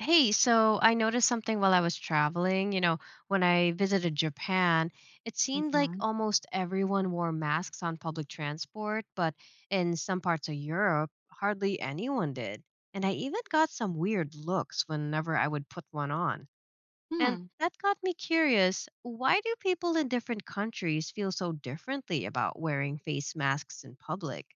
Hey, so I noticed something while I was traveling. When I visited Japan, it seemed like Mhm. almost everyone wore masks on public transport, but in some parts of Europe, hardly anyone did. And I even got some weird looks whenever I would put one on. And Hmm. that got me curious, why do people in different countries feel so differently about wearing face masks in public?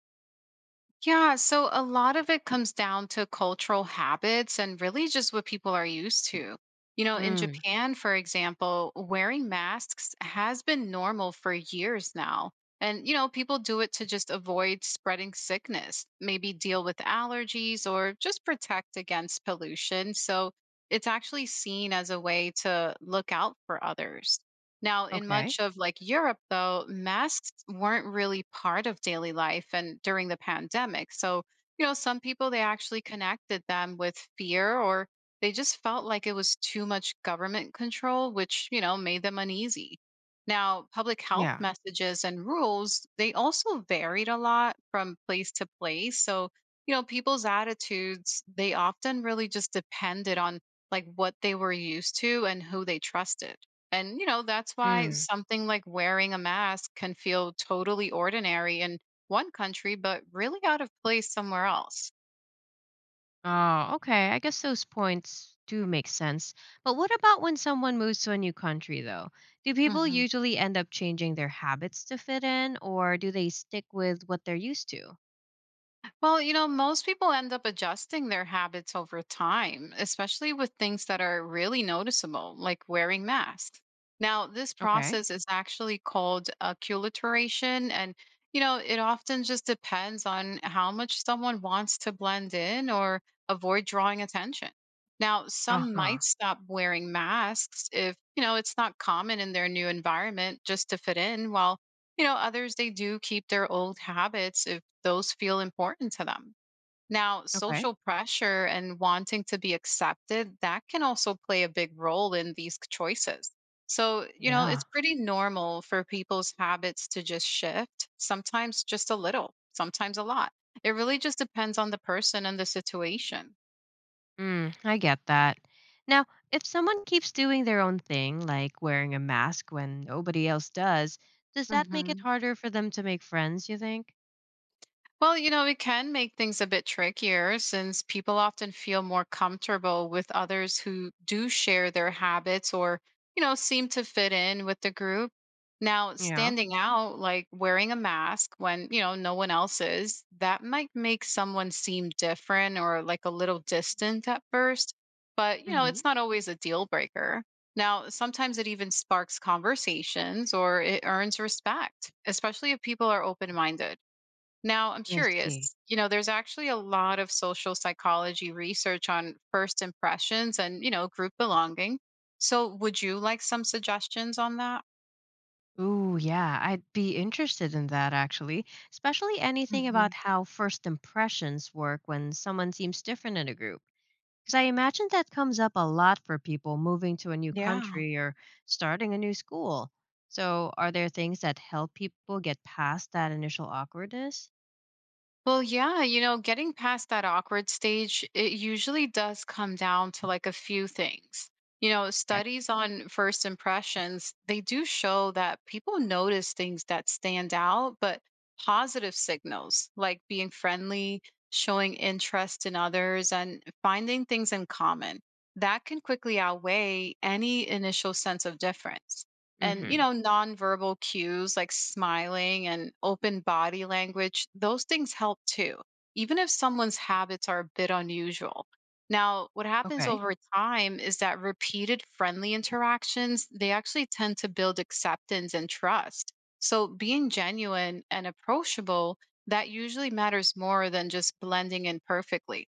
Yeah. So a lot of it comes down to cultural habits and really just what people are used to. In Mm. Japan, for example, wearing masks has been normal for years now. And, people do it to just avoid spreading sickness, maybe deal with allergies or just protect against pollution. So it's actually seen as a way to look out for others. Now, in much Okay. of like Europe, though, masks weren't really part of daily life and during the pandemic. So, some people they actually connected them with fear or they just felt like it was too much government control, which, made them uneasy. Now, public health Yeah. messages and rules, they also varied a lot from place to place. So, people's attitudes, they often really just depended on like what they were used to and who they trusted. And, that's why Mm. something like wearing a mask can feel totally ordinary in one country, but really out of place somewhere else. Oh, okay. I guess those points do make sense. But what about when someone moves to a new country, though? Do people usually end up changing their habits to fit in, or do they stick with what they're used to? Well, most people end up adjusting their habits over time, especially with things that are really noticeable, like wearing masks. Now, this Okay. process is actually called acculturation, and it often just depends on how much someone wants to blend in or avoid drawing attention. Now, Uh some huh. might stop wearing masks if, it's not common in their new environment just to fit in, while others, they do keep their old habits if those feel important to them. Now, Okay. social pressure and wanting to be accepted, that can also play a big role in these choices. So, Yeah. it's pretty normal for people's habits to just shift, sometimes just a little, sometimes a lot. It really just depends on the person and the situation. Mm, I get that. Now, if someone keeps doing their own thing, like wearing a mask when nobody else does that make it harder for them to make friends, you think? Well, it can make things a bit trickier since people often feel more comfortable with others who do share their habits or, seem to fit in with the group. Now, Yeah. standing out, like wearing a mask when, no one else is, that might make someone seem different or like a little distant at first. But, Mm-hmm. it's not always a deal breaker. Now, sometimes it even sparks conversations or it earns respect, especially if people are open minded. Now, I'm I see. curious, there's actually a lot of social psychology research on first impressions and, group belonging. So, would you like some suggestions on that? Ooh, yeah, I'd be interested in that actually, especially anything Hmm. about how first impressions work when someone seems different in a group. Because I imagine that comes up a lot for people moving to a new Yeah. country or starting a new school. So, are there things that help people get past that initial awkwardness? Well, yeah, getting past that awkward stage, it usually does come down to like a few things. Okay. Studies on first impressions, they do show that people notice things that stand out, but positive signals like being friendly, showing interest in others, and finding things in common, that can quickly outweigh any initial sense of difference. And Mm-hmm. Nonverbal cues like smiling and open body language, those things help too, even if someone's habits are a bit unusual. Now, what happens Okay. over time is that repeated friendly interactions, they actually tend to build acceptance and trust. So being genuine and approachable, that usually matters more than just blending in perfectly.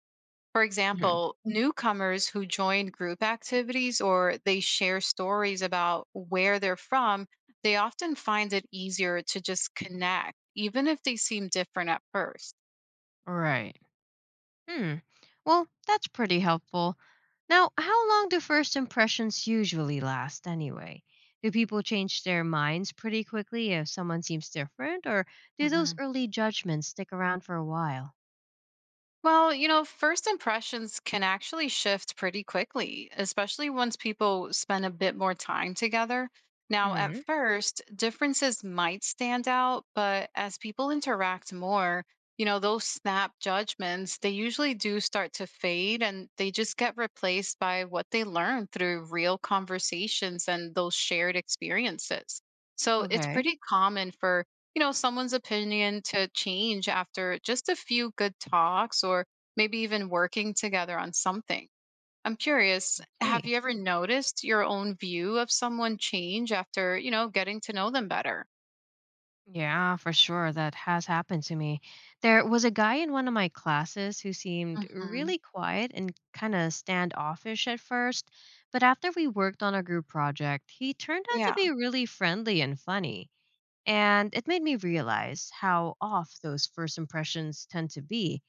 For Mm-hmm. example, newcomers who join group activities or they share stories about where they're from, they often find it easier to just connect, even if they seem different at first. Right. Hmm. Well, that's pretty helpful. Now, how long do first impressions usually last anyway? Do people change their minds pretty quickly if someone seems different, or do those early judgments stick around for a while? Well, first impressions can actually shift pretty quickly, especially once people spend a bit more time together. Now, at Hmm. first, differences might stand out, but as people interact more, those snap judgments, they usually do start to fade and they just get replaced by what they learn through real conversations and those shared experiences. So it's Okay. pretty common for someone's opinion to change after just a few good talks or maybe even working together on something. I'm curious, have See. you ever noticed your own view of someone change after, getting to know them better? Yeah, for sure. That has happened to me. There was a guy in one of my classes who seemed Hmm. really quiet and kind of standoffish at first, but after we worked on a group project, he turned out to Yeah. be really friendly and funny. And it made me realize how off those first impressions tend to be.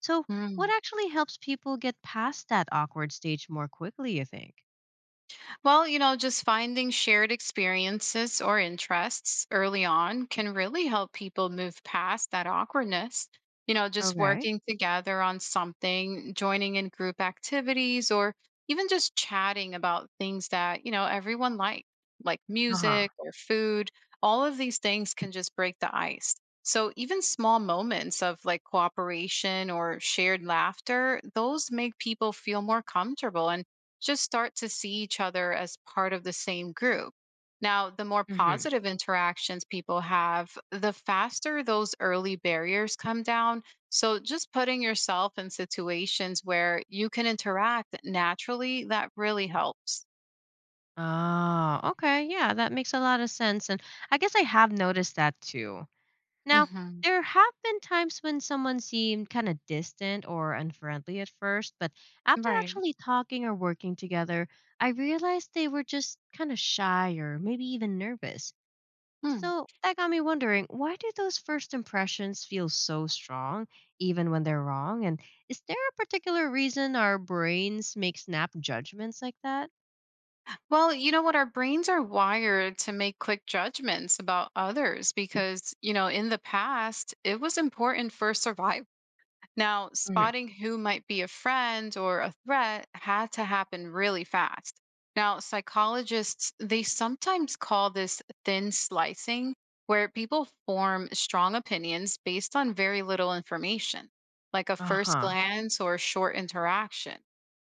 So, what actually helps people get past that awkward stage more quickly, you think? Well, just finding shared experiences or interests early on can really help people move past that awkwardness. Just Okay. working together on something, joining in group activities, or even just chatting about things that, everyone likes, like Uh huh. music or food. All of these things can just break the ice. So, even small moments of like cooperation or shared laughter, those make people feel more comfortable and just start to see each other as part of the same group. Now, the more Mm-hmm. positive interactions people have, the faster those early barriers come down. So, just putting yourself in situations where you can interact naturally, that really helps. Oh, okay. Yeah, that makes a lot of sense. And I guess I have noticed that too. Now, Hmm. there have been times when someone seemed kind of distant or unfriendly at first, but after Right. actually talking or working together, I realized they were just kind of shy or maybe even nervous. Hmm. So that got me wondering, why do those first impressions feel so strong, even when they're wrong? And is there a particular reason our brains make snap judgments like that? Well, you know what? Our brains are wired to make quick judgments about others because, in the past, it was important for survival. Now, Mhm. spotting who might be a friend or a threat had to happen really fast. Now, psychologists, they sometimes call this thin slicing, where people form strong opinions based on very little information, like a first Uh-huh. glance or short interaction.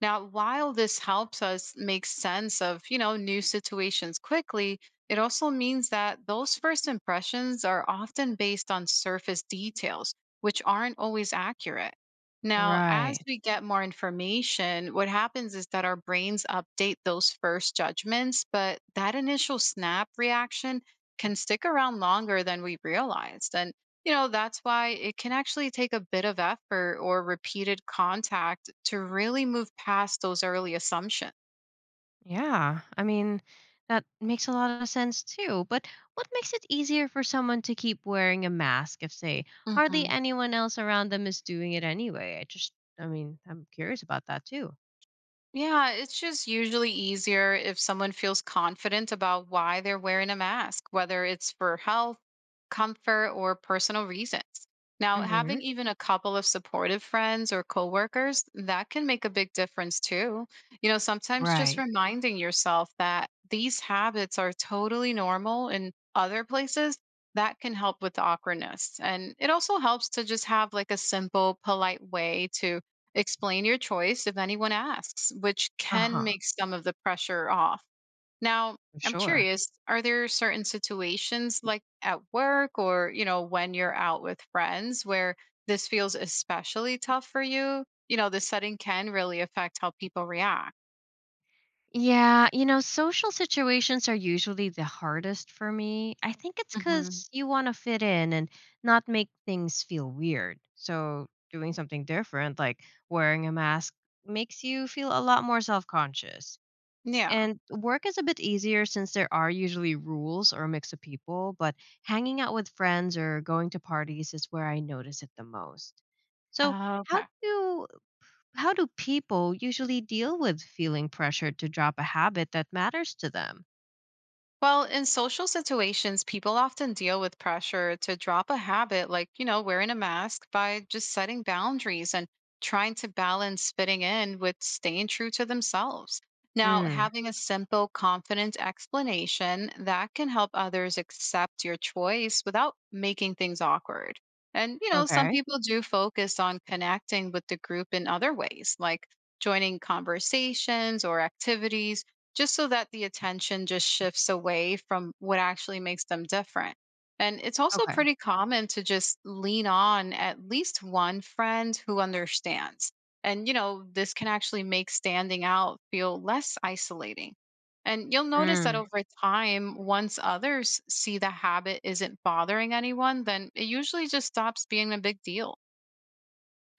Now, while this helps us make sense of, new situations quickly, it also means that those first impressions are often based on surface details which aren't always accurate. Now, as Right. we get more information, what happens is that our brains update those first judgments, but that initial snap reaction can stick around longer than we realized. And, that's why it can actually take a bit of effort or repeated contact to really move past those early assumptions. Yeah, I mean, that makes a lot of sense too. But what makes it easier for someone to keep wearing a mask if, say, hardly Mhm. anyone else around them is doing it anyway? I mean, I'm curious about that too. Yeah, it's just usually easier if someone feels confident about why they're wearing a mask, whether it's for health, comfort, or personal reasons. Now, having Hmm. even a couple of supportive friends or coworkers, that can make a big difference too. Sometimes just Right. reminding yourself that these habits are totally normal in other places, that can help with the awkwardness. And it also helps to just have like a simple, polite way to explain your choice if anyone asks, which can Uh-huh. make some of the pressure off. Now, I'm Sure. curious, are there certain situations like at work or, when you're out with friends where this feels especially tough for you? The setting can really affect how people react. Yeah, social situations are usually the hardest for me. I think it's Hmm. because you want to fit in and not make things feel weird. So, doing something different, like wearing a mask, makes you feel a lot more self conscious. Yeah. And work is a bit easier since there are usually rules or a mix of people, but hanging out with friends or going to parties is where I notice it the most. So, how do Okay. you how do people usually deal with feeling pressured to drop a habit that matters to them? Well, in social situations, people often deal with pressure to drop a habit like, wearing a mask by just setting boundaries and trying to balance fitting in with staying true to themselves. Now, Mm. having a simple, confident explanation that can help others accept your choice without making things awkward. And, some Okay. people do focus on connecting with the group in other ways, like joining conversations or activities just so that the attention just shifts away from what actually makes them different. And it's also Okay. pretty common to just lean on at least one friend who understands. And, this can actually make standing out feel less isolating. And you'll notice that Mm. over time, once others see the habit isn't bothering anyone, then it usually just stops being a big deal.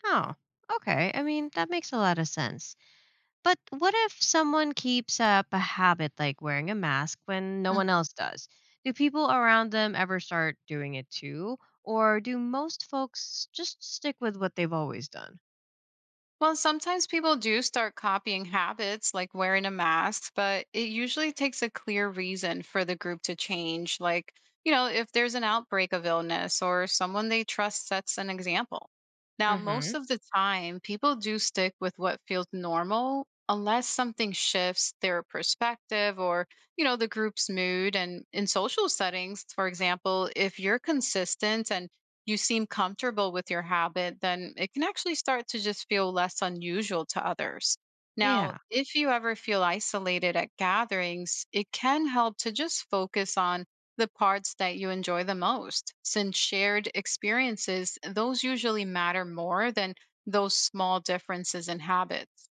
Oh, okay. I mean, that makes a lot of sense. But what if someone keeps up a habit like wearing a mask when no one else does? Do people around them ever start doing it too? Or do most folks just stick with what they've always done? Well, sometimes people do start copying habits like wearing a mask, but it usually takes a clear reason for the group to change. Like, if there's an outbreak of illness or someone they trust sets an example. Now, most Mm-hmm. of the time, people do stick with what feels normal unless something shifts their perspective or, the group's mood. And in social settings, for example, if you're consistent and you seem comfortable with your habit, then it can actually start to just feel less unusual to others. Now, Yeah. if you ever feel isolated at gatherings, it can help to just focus on the parts that you enjoy the most, since shared experiences, those usually matter more than those small differences in habits.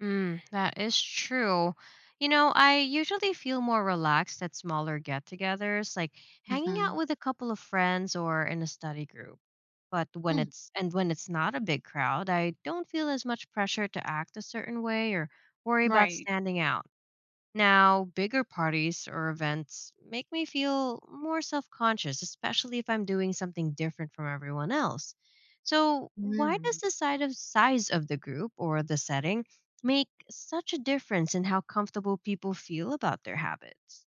Mm, that is true. I usually feel more relaxed at smaller get togethers, like hanging out Hmm. with a couple of friends or in a study group. But when it's not a big crowd, I don't feel as much pressure to act a certain way or worry about Right. standing out. Now, bigger parties or events make me feel more self conscious, especially if I'm doing something different from everyone else. So, why does the side of size of the group or the setting make such a difference in how comfortable people feel about their habits?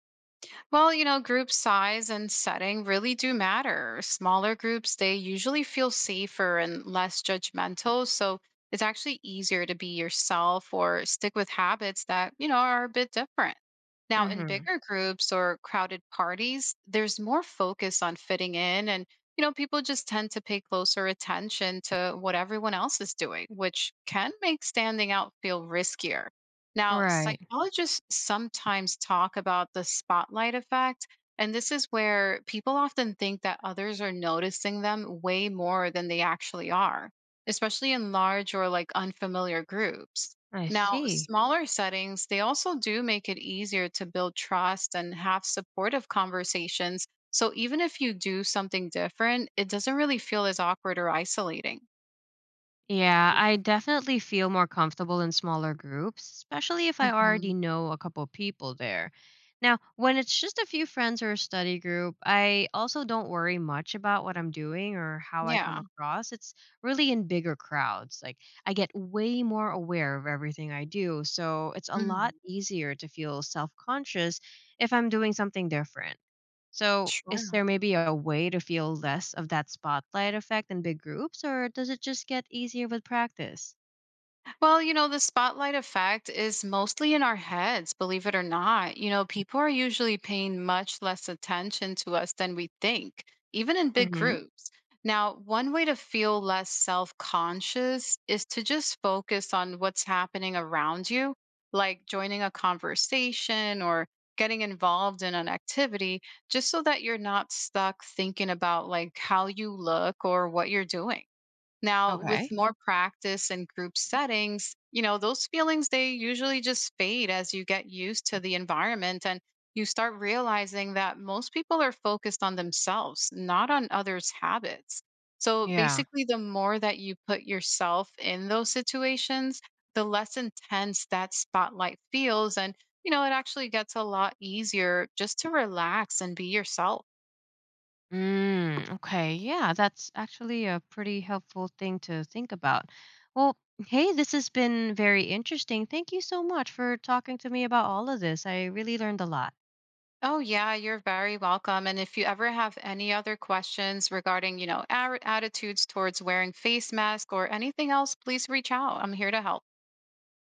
Well, group size and setting really do matter. Smaller groups, they usually feel safer and less judgmental. So it's actually easier to be yourself or stick with habits that, are a bit different. Now, in Mhm. bigger groups or crowded parties, there's more focus on fitting in. And, people just tend to pay closer attention to what everyone else is doing, which can make standing out feel riskier. Now, Right. psychologists sometimes talk about the spotlight effect, and this is where people often think that others are noticing them way more than they actually are, especially in large or like unfamiliar groups. I Now, see. smaller settings, they also do make it easier to build trust and have supportive conversations. So even if you do something different, it doesn't really feel as awkward or isolating. Yeah, I definitely feel more comfortable in smaller groups, especially if I Mhm. already know a couple people there. Now, when it's just a few friends or a study group, I also don't worry much about what I'm doing or how I come Yeah. across. It's really in bigger crowds. Like, I get way more aware of everything I do, so it's a Mhm. lot easier to feel self conscious if I'm doing something different. So, is there maybe a way to feel less of that spotlight effect in big groups, or does it just get easier with practice? Well, the spotlight effect is mostly in our heads, believe it or not. People are usually paying much less attention to us than we think, even in big Mm-hmm. groups. Now, one way to feel less self conscious is to just focus on what's happening around you, like joining a conversation or getting involved in an activity, just so that you're not stuck thinking about like how you look or what you're doing. Now, with Okay. more practice and group settings, those feelings, they usually just fade as you get used to the environment and you start realizing that most people are focused on themselves, not on others' habits. So Yeah. basically, the more that you put yourself in those situations, the less intense that spotlight feels. And, it actually gets a lot easier just to relax and be yourself. Mm, okay. Yeah, that's actually a pretty helpful thing to think about. Well, hey, this has been very interesting. Thank you so much for talking to me about all of this. I really learned a lot. Oh, yeah, you're very welcome. And if you ever have any other questions regarding, our attitudes towards wearing face mask or anything else, please reach out. I'm here to help.